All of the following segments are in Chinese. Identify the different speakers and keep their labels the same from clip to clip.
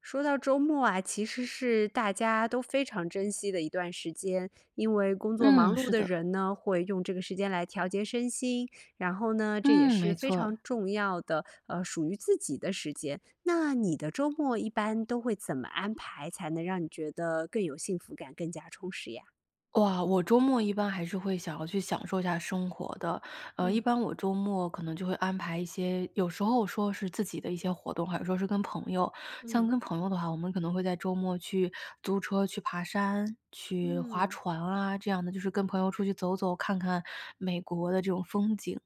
Speaker 1: 说到周末啊，其实是大家都非常珍惜的一段时间，因为工作忙
Speaker 2: 嗯，
Speaker 1: 碌
Speaker 2: 是
Speaker 1: 的
Speaker 2: 的，
Speaker 1: 人呢，会用这个时间来调节身心，然后呢，这也
Speaker 2: 嗯，
Speaker 1: 是
Speaker 2: 没
Speaker 1: 非
Speaker 2: 错。
Speaker 1: 常重要的，属于自己的时间。那你的周末一般都会怎么安排，才能让你觉得更有幸福感、更加充实呀？
Speaker 2: 哇，我周末一般还是会想要去享受一下生活的，一
Speaker 1: 嗯
Speaker 2: 般我周末可能就会安排一些，有时候说是自己的一些活动，还有说是跟朋友。像
Speaker 1: 嗯
Speaker 2: 跟朋友的话，我们可能会在周末去租车去爬山、去划
Speaker 1: 嗯。
Speaker 2: 船啊，这样的就是跟朋友出去走走，看看美国的这种风景。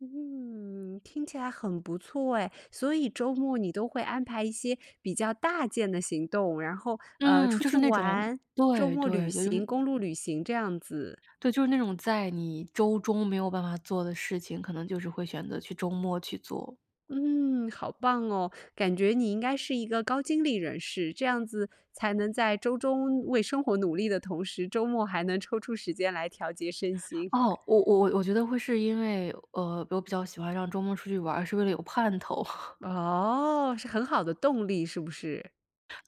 Speaker 1: 嗯，听起来很不错哎。所以周末你都会安排一些比较大件的行动，然后
Speaker 2: 嗯，
Speaker 1: 出
Speaker 2: 就
Speaker 1: 去
Speaker 2: 是那种
Speaker 1: 玩，周
Speaker 2: 对
Speaker 1: 末旅
Speaker 2: 对对，
Speaker 1: 行，公路旅行这样子。
Speaker 2: 就是那种在你周中没有办法做的事情，可能就是会选择去周末去做。
Speaker 1: 嗯，好棒哦！感觉你应该是一个高精力人士，这样子才能在周中为生活努力的同时，周末还能抽出时间来调节身心。
Speaker 2: 哦，我觉得会是因为，我比较喜欢让周末出去玩儿是为了有盼头。
Speaker 1: 哦，是很好的动力，是不是？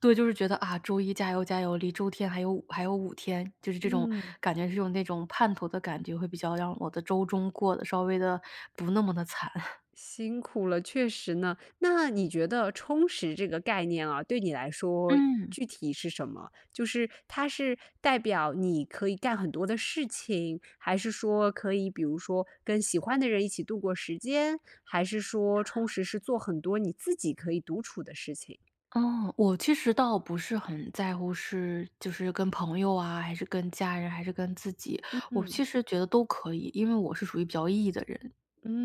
Speaker 2: 对，就是觉得啊，周一加油加油，离周天还有五天，就是这种
Speaker 1: 嗯。
Speaker 2: 感觉是有那种盼头的感觉，会比较让我的周中过得稍微的不那么的惨。
Speaker 1: 辛苦了，确实呢。那你觉得充实这个概念啊，对你来 说
Speaker 2: 嗯。
Speaker 1: 具体是什么？就是它是代表你可以干很多的事情，还是说可以比如说跟喜欢的人一起度过时间，还是说充实是做很多你自己可以独处的事情？
Speaker 2: 哦，我其实倒不是很在乎是就是跟朋友啊，还是跟家人，还是跟自己，我
Speaker 1: 嗯
Speaker 2: 其实觉得都可以，因为我是属于比较 E 的人，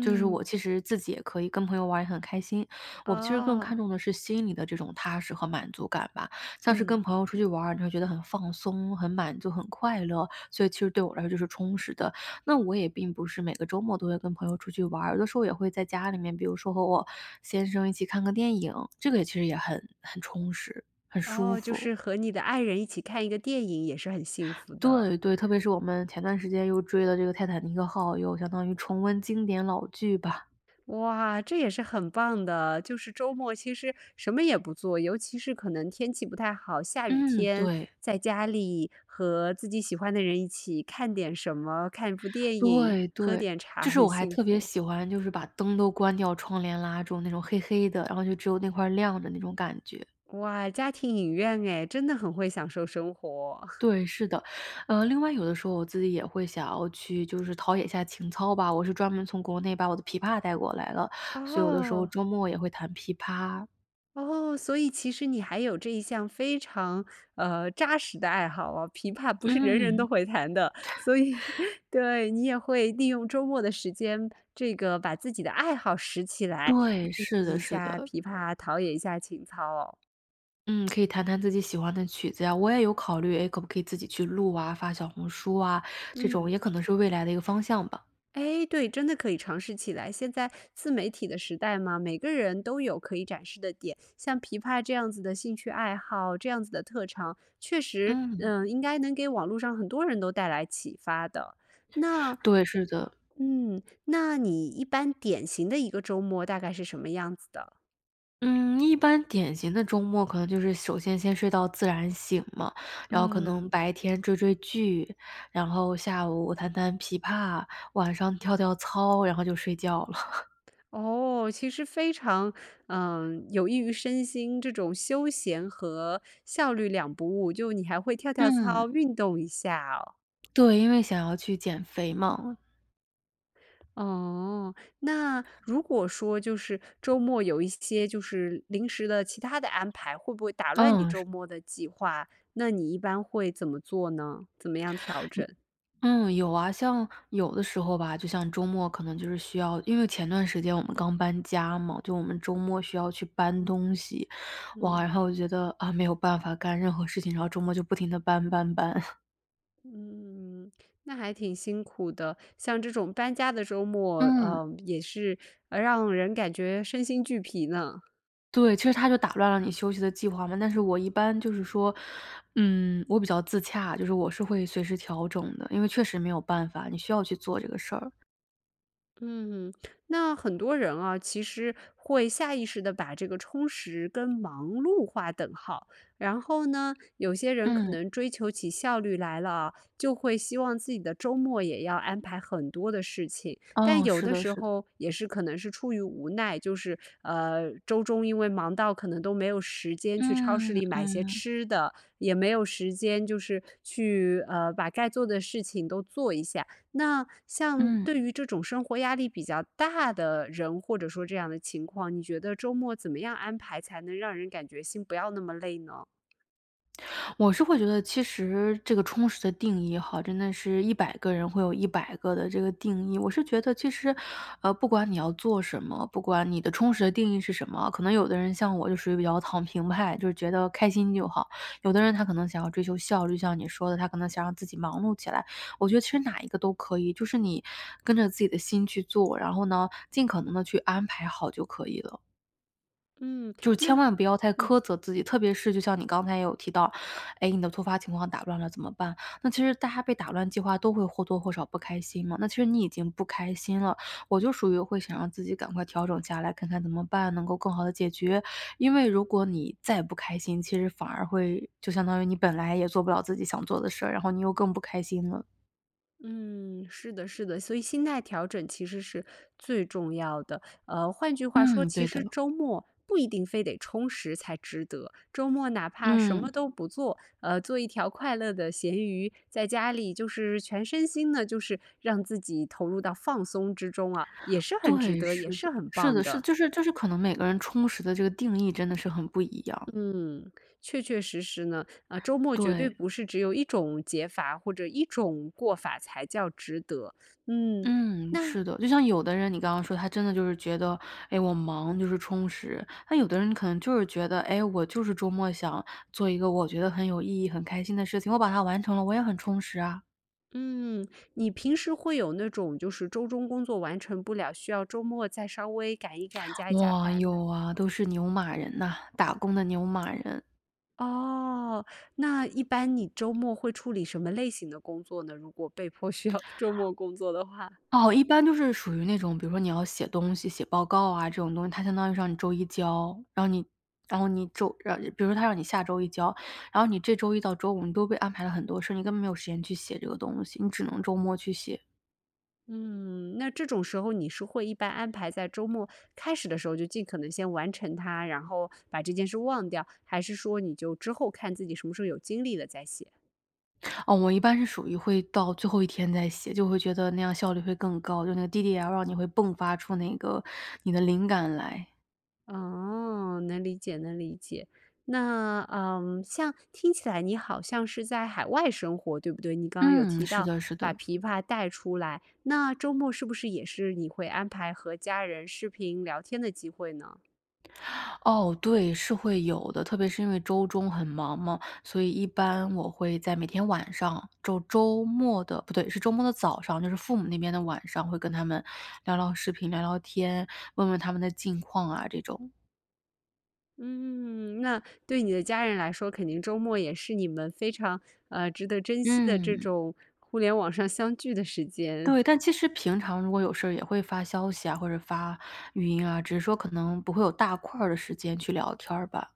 Speaker 2: 就是我其实自己也可以跟朋友玩也很开心。我其实更
Speaker 1: 哦，
Speaker 2: 看重的是心里的这种踏实和满足感吧，像是跟
Speaker 1: 嗯，
Speaker 2: 朋友出去玩儿你会觉得很放松、很满足、很快乐，所以其实对我来说就是充实的。那我也并不是每个周末都会跟朋友出去玩儿，有的时候也会在家里面，比如说和我先生一起看个电影，这个也其实也很充实，很舒
Speaker 1: 哦，就
Speaker 2: 服。
Speaker 1: 是和你的爱人一起看一个电影也是很幸福的。
Speaker 2: 对对，特别是我们前段时间又追了这个《泰坦尼克号》，又相当于重温经典老剧吧。
Speaker 1: 哇，这也是很棒的。就是周末其实什么也不做，尤其是可能天气不太好，下雨
Speaker 2: 嗯，
Speaker 1: 天，
Speaker 2: 对，
Speaker 1: 在家里和自己喜欢的人一起看点什么，看一部电影，
Speaker 2: 对
Speaker 1: 喝
Speaker 2: 对，
Speaker 1: 点茶，
Speaker 2: 就是
Speaker 1: 很
Speaker 2: 我还
Speaker 1: 幸
Speaker 2: 特别
Speaker 1: 福。
Speaker 2: 喜欢，就是把灯都关掉，窗帘拉住那种黑黑的，然后就只有那块儿亮着那种感觉。
Speaker 1: 哇，家庭影院哎，真的很会享受生活。
Speaker 2: 对，是的。另外有的时候我自己也会想要去就是陶冶一下情操吧，我是专门从国内把我的琵琶带过来了，所以有的时候
Speaker 1: 哦。
Speaker 2: 周末也会弹琵琶。
Speaker 1: 哦，所以其实你还有这一项非常，扎实的爱好啊，琵琶不是人人都
Speaker 2: 嗯，
Speaker 1: 会弹的，所以 对，你也会利用周末的时间，这个把自己的爱好拾起来，
Speaker 2: 对，
Speaker 1: 练
Speaker 2: 是
Speaker 1: 习
Speaker 2: 的
Speaker 1: 一
Speaker 2: 是
Speaker 1: 下
Speaker 2: 的。
Speaker 1: 琵琶，陶冶一下情操哦，
Speaker 2: 嗯，可以弹弹自己喜欢的曲子呀，我也有考虑，哎，可不可以自己去录啊，发小红书啊，这种
Speaker 1: 嗯。
Speaker 2: 也可能是未来的一个方向吧。
Speaker 1: 哎，对，真的可以尝试起来。现在自媒体的时代嘛，每个人都有可以展示的点，像琵琶这样子的兴趣爱好，这样子的特长，确实，
Speaker 2: 嗯，
Speaker 1: 嗯，应该能给网络上很多人都带来启发的。那，
Speaker 2: 对，是的。
Speaker 1: 嗯，那你一般典型的一个周末大概是什么样子的？
Speaker 2: 嗯，一般典型的周末可能就是首先先睡到自然醒嘛，然后可能
Speaker 1: 嗯，
Speaker 2: 白天追追剧，然后下午弹弹琵琶，晚上跳跳操，然后就睡觉了。
Speaker 1: 哦，其实非常，嗯，有益于身心，这种休闲和效率两不误，就你还会跳 跳
Speaker 2: 嗯。
Speaker 1: 操，运动一下哦。
Speaker 2: 对，因为想要去减肥嘛。
Speaker 1: 哦，那如果说就是周末有一些就是临时的其他的安排，会不会打乱你
Speaker 2: 嗯，
Speaker 1: 周
Speaker 2: 是
Speaker 1: 末的计划？那你一般会怎么做呢？怎么样调
Speaker 2: 有
Speaker 1: 整？
Speaker 2: 嗯，有啊，像有的时候吧，就像周末可能就是需要因为前段时间我们刚搬家嘛，就我们周末需要去搬东西，哇，
Speaker 1: 嗯
Speaker 2: 然后我觉得，啊，没有办法干任何事情，然后周末就不停的搬搬搬。
Speaker 1: 嗯，那还挺辛苦的。像这种搬家的周 末，
Speaker 2: 嗯。
Speaker 1: 也是呃让人感觉身心俱疲呢。
Speaker 2: 对，其实它就打乱了你休息的计划嘛。但是我一般就是说，嗯，我比较自洽，就是我是会随时调整的，因为确实没有办法，你需要去做这个事儿。
Speaker 1: 嗯，那很多人啊，其实会下意识的把这个充实跟忙碌划等号。然后呢，有些人可
Speaker 2: 嗯，
Speaker 1: 能追求起效率来了啊，就会希望自己的周末也要安排很多的事情。但
Speaker 2: 哦，
Speaker 1: 有
Speaker 2: 是
Speaker 1: 的
Speaker 2: 的
Speaker 1: 时
Speaker 2: 是的，
Speaker 1: 候也是可能是出于无奈，就是周中因为忙到可能都没有时间去超市
Speaker 2: 嗯，
Speaker 1: 里买些
Speaker 2: 嗯，
Speaker 1: 吃的，也没有时间就是去呃把该做的事情都做一下。那像
Speaker 2: 嗯。
Speaker 1: 对于这种生活压力比较大的人，或者说这样的情况，你觉得周末怎么样安排才能让人感觉心不要那么累呢？
Speaker 2: 我是会觉得，其实这个充实的定义哈，真的是一百个人会有一百个的这个定义。我是觉得，其实，不管你要做什么，不管你的充实的定义是什么，可能有的人像我就属于比较躺平派，就是觉得开心就好；有的人他可能想要追求效率，像你说的，他可能想让自己忙碌起来。我觉得其实哪一个都可以，就是你跟着自己的心去做，然后呢，尽可能的去安排好就可以了。
Speaker 1: 嗯，
Speaker 2: 就是千
Speaker 1: 那
Speaker 2: 万不要太苛
Speaker 1: 嗯。
Speaker 2: 责自己，特别是就像你刚才也有提到，哎，你的突发情况打乱了怎么办？那其实大家被打乱计划都会或多或少不开心嘛。那其实你已经不开心了，我就属于会想让自己赶快调整下来，看看怎么办能够更好的解决。因为如果你再不开心，其实反而会就相当于你本来也做不了自己想做的事儿，然后你又更不开心了。
Speaker 1: 嗯，是的，是的，所以心态调整其实是最重要的。换句话说，
Speaker 2: 嗯，
Speaker 1: 其
Speaker 2: 对的，
Speaker 1: 实周末不一定非得充实才值得，周末哪怕什么
Speaker 2: 嗯，
Speaker 1: 都不做，做一条快乐的咸鱼，在家里就是全身心的，就是让自己投入到放松之中啊，也是很值
Speaker 2: 对，
Speaker 1: 得，也
Speaker 2: 是
Speaker 1: 是
Speaker 2: 的，
Speaker 1: 很
Speaker 2: 是
Speaker 1: 棒
Speaker 2: 的，是的
Speaker 1: 的。
Speaker 2: 就是可能每个人充实的这个定义真的是很不一样，
Speaker 1: 嗯，确确实实呢，啊，周末绝对
Speaker 2: 对。
Speaker 1: 不是只有一种解法或者一种过法才叫值得。嗯，
Speaker 2: 嗯，
Speaker 1: 那
Speaker 2: 是的，就像有的人，你刚刚说他真的就是觉得，哎，我忙就是充实；那有的人可能就是觉得，哎，我就是周末想做一个我觉得很有意义、很开心的事情，我把它完成了，我也很充实啊。
Speaker 1: 嗯，你平时会有那种就是周中工作完成不了，需要周末再稍微赶一赶、加一加
Speaker 2: 哇，
Speaker 1: 班的？
Speaker 2: 有啊，都是牛马人呐、打工的牛马人。
Speaker 1: 哦，那一般你周末会处理什么类型的工作呢？如果被迫需要周末工作的话，
Speaker 2: 哦，一般就是属于那种，比如说你要写东西、写报告啊这种东西，它相当于让你周一交，然后你然后你周呃，比如说他让你下周一交，然后你这周一到周五你都被安排了很多事儿你根本没有时间去写这个东西，你只能周末去写。
Speaker 1: 嗯，那这种时候你是会一般安排在周末开始的时候就尽可能先完成它，然后把这件事忘掉，还是说你就之后看自己什么时候有精力了再写？
Speaker 2: 哦，我一般是属于会到最后一天再写，就会觉得那样效率会更高，就那个 DDL 让你会迸发出那个你的灵感来。
Speaker 1: 哦，能理解，能理解。那嗯，像听起来你好像是在海外生活，对不对？你刚刚有
Speaker 2: 嗯，
Speaker 1: 提
Speaker 2: 是
Speaker 1: 到
Speaker 2: 的是
Speaker 1: 把
Speaker 2: 的。
Speaker 1: 琵琶带出来，那周末是不是也是你会安排和家人视频聊天的机会呢？
Speaker 2: 哦，对，是会有的，特别是因为周中很忙嘛，所以一般我会在每天晚上，周末的，不对，是周末的早上，就是父母那边的晚上，会跟他们聊聊视频、聊聊天，问问他们的近况啊这种。
Speaker 1: 嗯，那对你的家人来说，肯定周末也是你们非常呃值得珍惜的这
Speaker 2: 嗯，
Speaker 1: 种互联网上相聚的时间。
Speaker 2: 对，但其实平常如果有事儿也会发消息啊，或者发语音啊，只是说可能不会有大块儿的时间去聊天儿吧。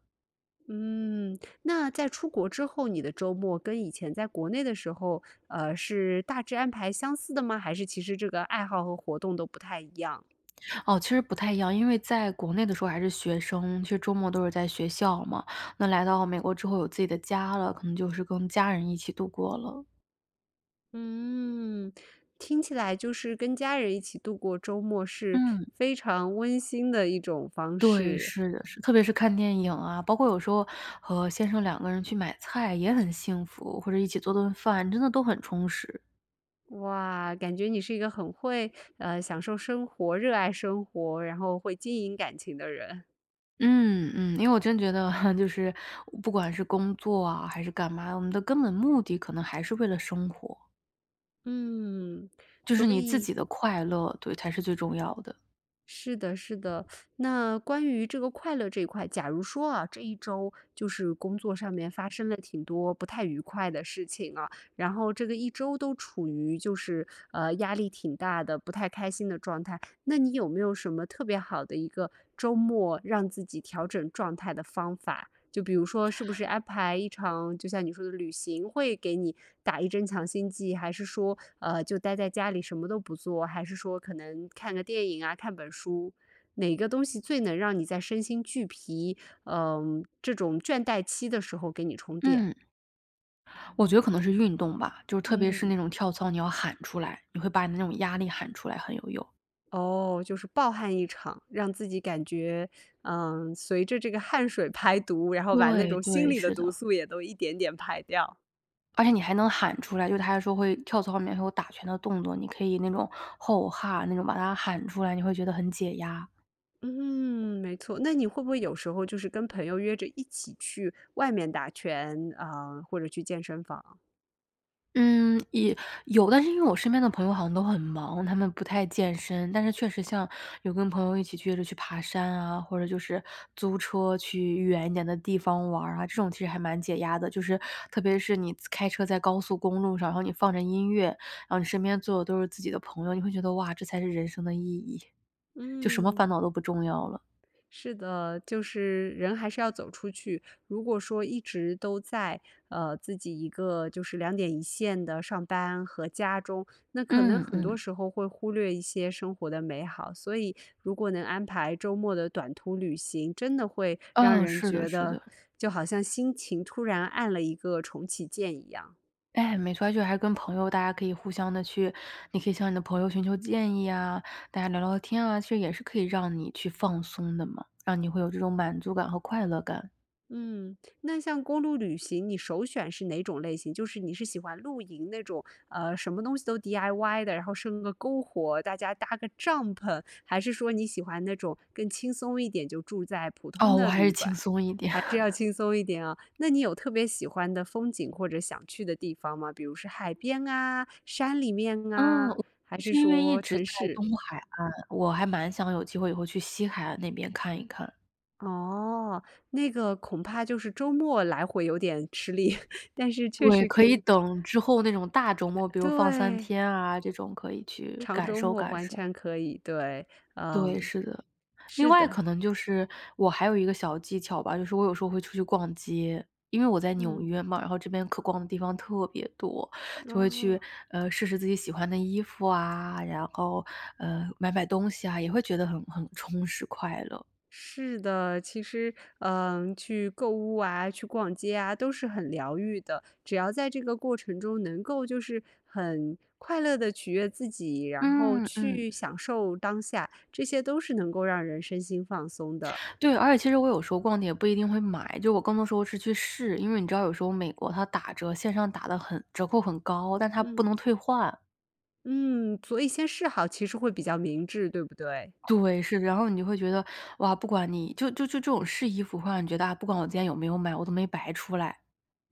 Speaker 1: 嗯，那在出国之后，你的周末跟以前在国内的时候，是大致安排相似的吗？还是其实这个爱好和活动都不太一样？
Speaker 2: 哦，其实不太一样，因为在国内的时候还是学生，其实周末都是在学校嘛。那来到美国之后有自己的家了，可能就是跟家人一起度过了。
Speaker 1: 嗯，听起来就是跟家人一起度过周末是
Speaker 2: 嗯，
Speaker 1: 非常温馨的一种方
Speaker 2: 对，
Speaker 1: 式。
Speaker 2: 是的，是，特别是看电影啊，包括有时候和先生两个人去买菜也很幸福，或者一起做顿饭，真的都很充实。
Speaker 1: 哇，感觉你是一个很会呃享受生活、热爱生活，然后会经营感情的人。
Speaker 2: 嗯嗯，因为我真觉得 就是不管是工作啊还是干嘛，我们的根本目的可能还是为了生活，
Speaker 1: 嗯，
Speaker 2: 就
Speaker 1: 所
Speaker 2: 是你自
Speaker 1: 以。
Speaker 2: 己的快乐，对，才是最重要的。
Speaker 1: 是的，是的。那关于这个快乐这一块，假如说啊，这一周就是工作上面发生了挺多不太愉快的事情啊，然后这个一周都处于就是呃压力挺大的、不太开心的状态，那你有没有什么特别好的一个周末让自己调整状态的方法？就比如说，是不是安排一场就像你说的旅行，会给你打一针强心剂，还是说，就待在家里什么都不做，还是说可能看个电影啊，看本书，哪个东西最能让你在身心俱疲，嗯、这种倦怠期的时候给你充电？
Speaker 2: 嗯。我觉得可能是运动吧，就是特别是
Speaker 1: 嗯，
Speaker 2: 那种跳操，你要喊出来，你会把你那种压力喊出来，很有用。
Speaker 1: 哦，就是暴汗一场，让自己感觉，嗯、随着这个汗水排毒，然后把那
Speaker 2: 对
Speaker 1: 种心
Speaker 2: 对，
Speaker 1: 里的
Speaker 2: 是的，
Speaker 1: 毒素也都一点点排掉。
Speaker 2: 而且你还能喊出来，就他还说会跳操里面会有打拳的动作，你可以那种吼哈那种把它喊出来，你会觉得很解压。
Speaker 1: 嗯，没错。那你会不会有时候就是跟朋友约着一起去外面打拳啊，呃或者去健身房？
Speaker 2: 嗯，也有，但是因为我身边的朋友好像都很忙，他们不太健身，但是确实像有跟朋友一起约着去爬山啊，或者就是租车去远一点的地方玩儿啊，这种其实还蛮解压的。就是特别是你开车在高速公路上，然后你放着音乐，然后你身边坐的都是自己的朋友，你会觉得哇，这才是人生的意义，就什么烦
Speaker 1: 嗯，
Speaker 2: 恼都不重要了。
Speaker 1: 是的，就是人还是要走出去。如果说一直都在呃自己一个就是两点一线的上班和家中，那可能
Speaker 2: 嗯
Speaker 1: 很多
Speaker 2: 嗯，
Speaker 1: 时候会忽略一些生活的美好。所以，如果能安排周末的短途旅行，真的会让
Speaker 2: 啊，
Speaker 1: 人
Speaker 2: 是的，
Speaker 1: 觉
Speaker 2: 是
Speaker 1: 得
Speaker 2: 的。
Speaker 1: 就好像心情突然按了一个重启键一样。
Speaker 2: 哎，没错，就还是跟朋友，大家可以互相的去你可以向你的朋友寻求建议啊，大家聊聊天啊，其实也是可以让你去放松的嘛，让你会有这种满足感和快乐感。
Speaker 1: 嗯，那像公路旅行，你首选是哪种类型？就是你是喜欢露营那种，什么东西都 DIY 的，然后生个篝火，大家搭个帐篷，还是说你喜欢那种更轻松一点，就住在普通
Speaker 2: 哦，我
Speaker 1: 的
Speaker 2: 还
Speaker 1: 旅
Speaker 2: 是
Speaker 1: 馆，
Speaker 2: 轻松一点。
Speaker 1: 还是 要轻松一点啊？那你有特别喜欢的风景或者想去的地方吗？比如是海边啊、山里面
Speaker 2: 嗯，
Speaker 1: 啊，
Speaker 2: 我
Speaker 1: 还
Speaker 2: 就
Speaker 1: 是
Speaker 2: 是因为一
Speaker 1: 说
Speaker 2: 直
Speaker 1: 城
Speaker 2: 在
Speaker 1: 市？
Speaker 2: 东海岸，我还蛮想有机会以后去西海岸那边看一看。
Speaker 1: 哦，那个恐怕就是周末来回有点吃力，但是确
Speaker 2: 对，
Speaker 1: 实可
Speaker 2: 可以
Speaker 1: 以。
Speaker 2: 等之后那种大周末，比如放三
Speaker 1: 对，
Speaker 2: 天啊，这种可以去
Speaker 1: 长
Speaker 2: 感
Speaker 1: 周
Speaker 2: 受
Speaker 1: 末
Speaker 2: 感
Speaker 1: 完
Speaker 2: 受。
Speaker 1: 全可以，对，
Speaker 2: 对，
Speaker 1: 嗯，
Speaker 2: 是的。另
Speaker 1: 是
Speaker 2: 外
Speaker 1: 的，
Speaker 2: 可能就是我还有一个小技巧吧，就是我有时候会出去逛街，因为我在纽
Speaker 1: 嗯，
Speaker 2: 约嘛，然后这边可逛的地方特别多，就会
Speaker 1: 哦，
Speaker 2: 去试试自己喜欢的衣服啊，然后买买东西啊，也会觉得很充实快乐。
Speaker 1: 是的，其实，嗯，去购物啊，去逛街啊，都是很疗愈的。只要在这个过程中能够就是很快乐的取悦自己，然后
Speaker 2: 嗯嗯
Speaker 1: 去享受当下，这些都是能够让人身心放松的。
Speaker 2: 对，而且其实我有时候逛的也不一定会买，就我更多时候是去试，因为你知道有时候美国它打折，线上打的很折扣很高，但它不
Speaker 1: 嗯，
Speaker 2: 能退换。
Speaker 1: 嗯，所以先试好其实会比较明智，对不对？
Speaker 2: 对，是的，然后你就会觉得，哇，不管你就就就这种试衣服会让你觉得，啊，不管我今天有没有买，我都没白出来。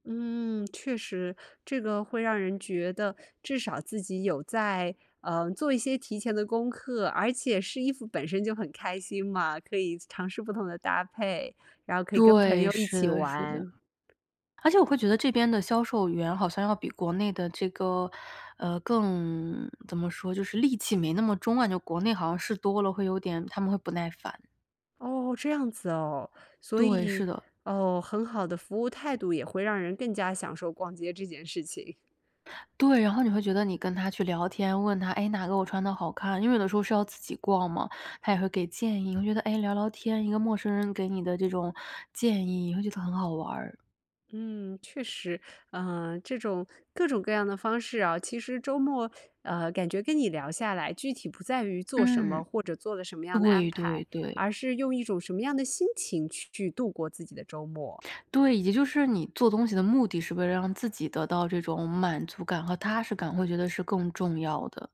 Speaker 1: 嗯，确实，这个会让人觉得至少自己有在，嗯，做一些提前的功课，而且试衣服本身就很开心嘛，可以尝试不同的搭配，然后可以跟朋
Speaker 2: 对，
Speaker 1: 友一
Speaker 2: 是
Speaker 1: 起
Speaker 2: 的，是的。
Speaker 1: 玩。
Speaker 2: 而且我会觉得这边的销售员好像要比国内的这个，更怎么说，就是戾气没那么重啊，就国内好像事多了会有点他们会不耐烦。
Speaker 1: 哦，这样子哦，所
Speaker 2: 对，是
Speaker 1: 以，
Speaker 2: 的。
Speaker 1: 哦，很好的服务态度也会让人更加享受逛街这件事情。
Speaker 2: 对，然后你会觉得你跟他去聊天，问他，哎，哪个我穿的好看？因为有的时候是要自己逛嘛，他也会给建议。你会觉得，哎，聊聊天，一个陌生人给你的这种建议，你会觉得很好玩儿。
Speaker 1: 嗯，确实，嗯，这种各种各样的方式啊，其实周末，感觉跟你聊下来，具体不在于做什么
Speaker 2: 嗯，
Speaker 1: 或者做了什么样的安
Speaker 2: 对
Speaker 1: 排，
Speaker 2: 对对
Speaker 1: 而是用一种什么样的心情去度过自己的周末。
Speaker 2: 对，以及就是你做东西的目的是为了让自己得到这种满足感和踏实感，会觉得是更重要的。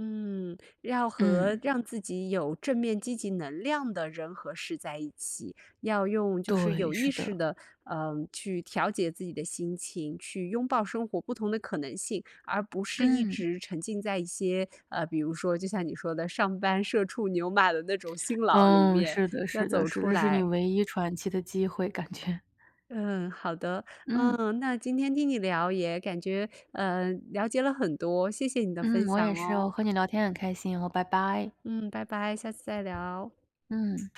Speaker 1: 嗯，要和
Speaker 2: 嗯，
Speaker 1: 让自己有正面积极能量的人和事在一起，要用就是
Speaker 2: 对，
Speaker 1: 有意
Speaker 2: 是
Speaker 1: 识
Speaker 2: 的，
Speaker 1: 的，嗯、去调节自己的心情，去拥抱生活不同的可能性，而不是一
Speaker 2: 嗯，
Speaker 1: 直沉浸在一些呃，比如说就像你说的上班社畜牛马的那种辛劳里
Speaker 2: 嗯，
Speaker 1: 面，
Speaker 2: 是的，
Speaker 1: 要
Speaker 2: 是的，
Speaker 1: 走
Speaker 2: 是
Speaker 1: 出
Speaker 2: 的，是你
Speaker 1: 来。
Speaker 2: 唯一喘气的机会，感觉，
Speaker 1: 嗯，好的，
Speaker 2: 嗯。
Speaker 1: 嗯，那今天听你聊也感觉呃了解了很多，谢谢你的分
Speaker 2: 嗯，我也
Speaker 1: 享
Speaker 2: 是哦，
Speaker 1: 哦。
Speaker 2: 和你聊天很开心哦，拜拜。
Speaker 1: 嗯，拜拜，下次再聊。
Speaker 2: 嗯。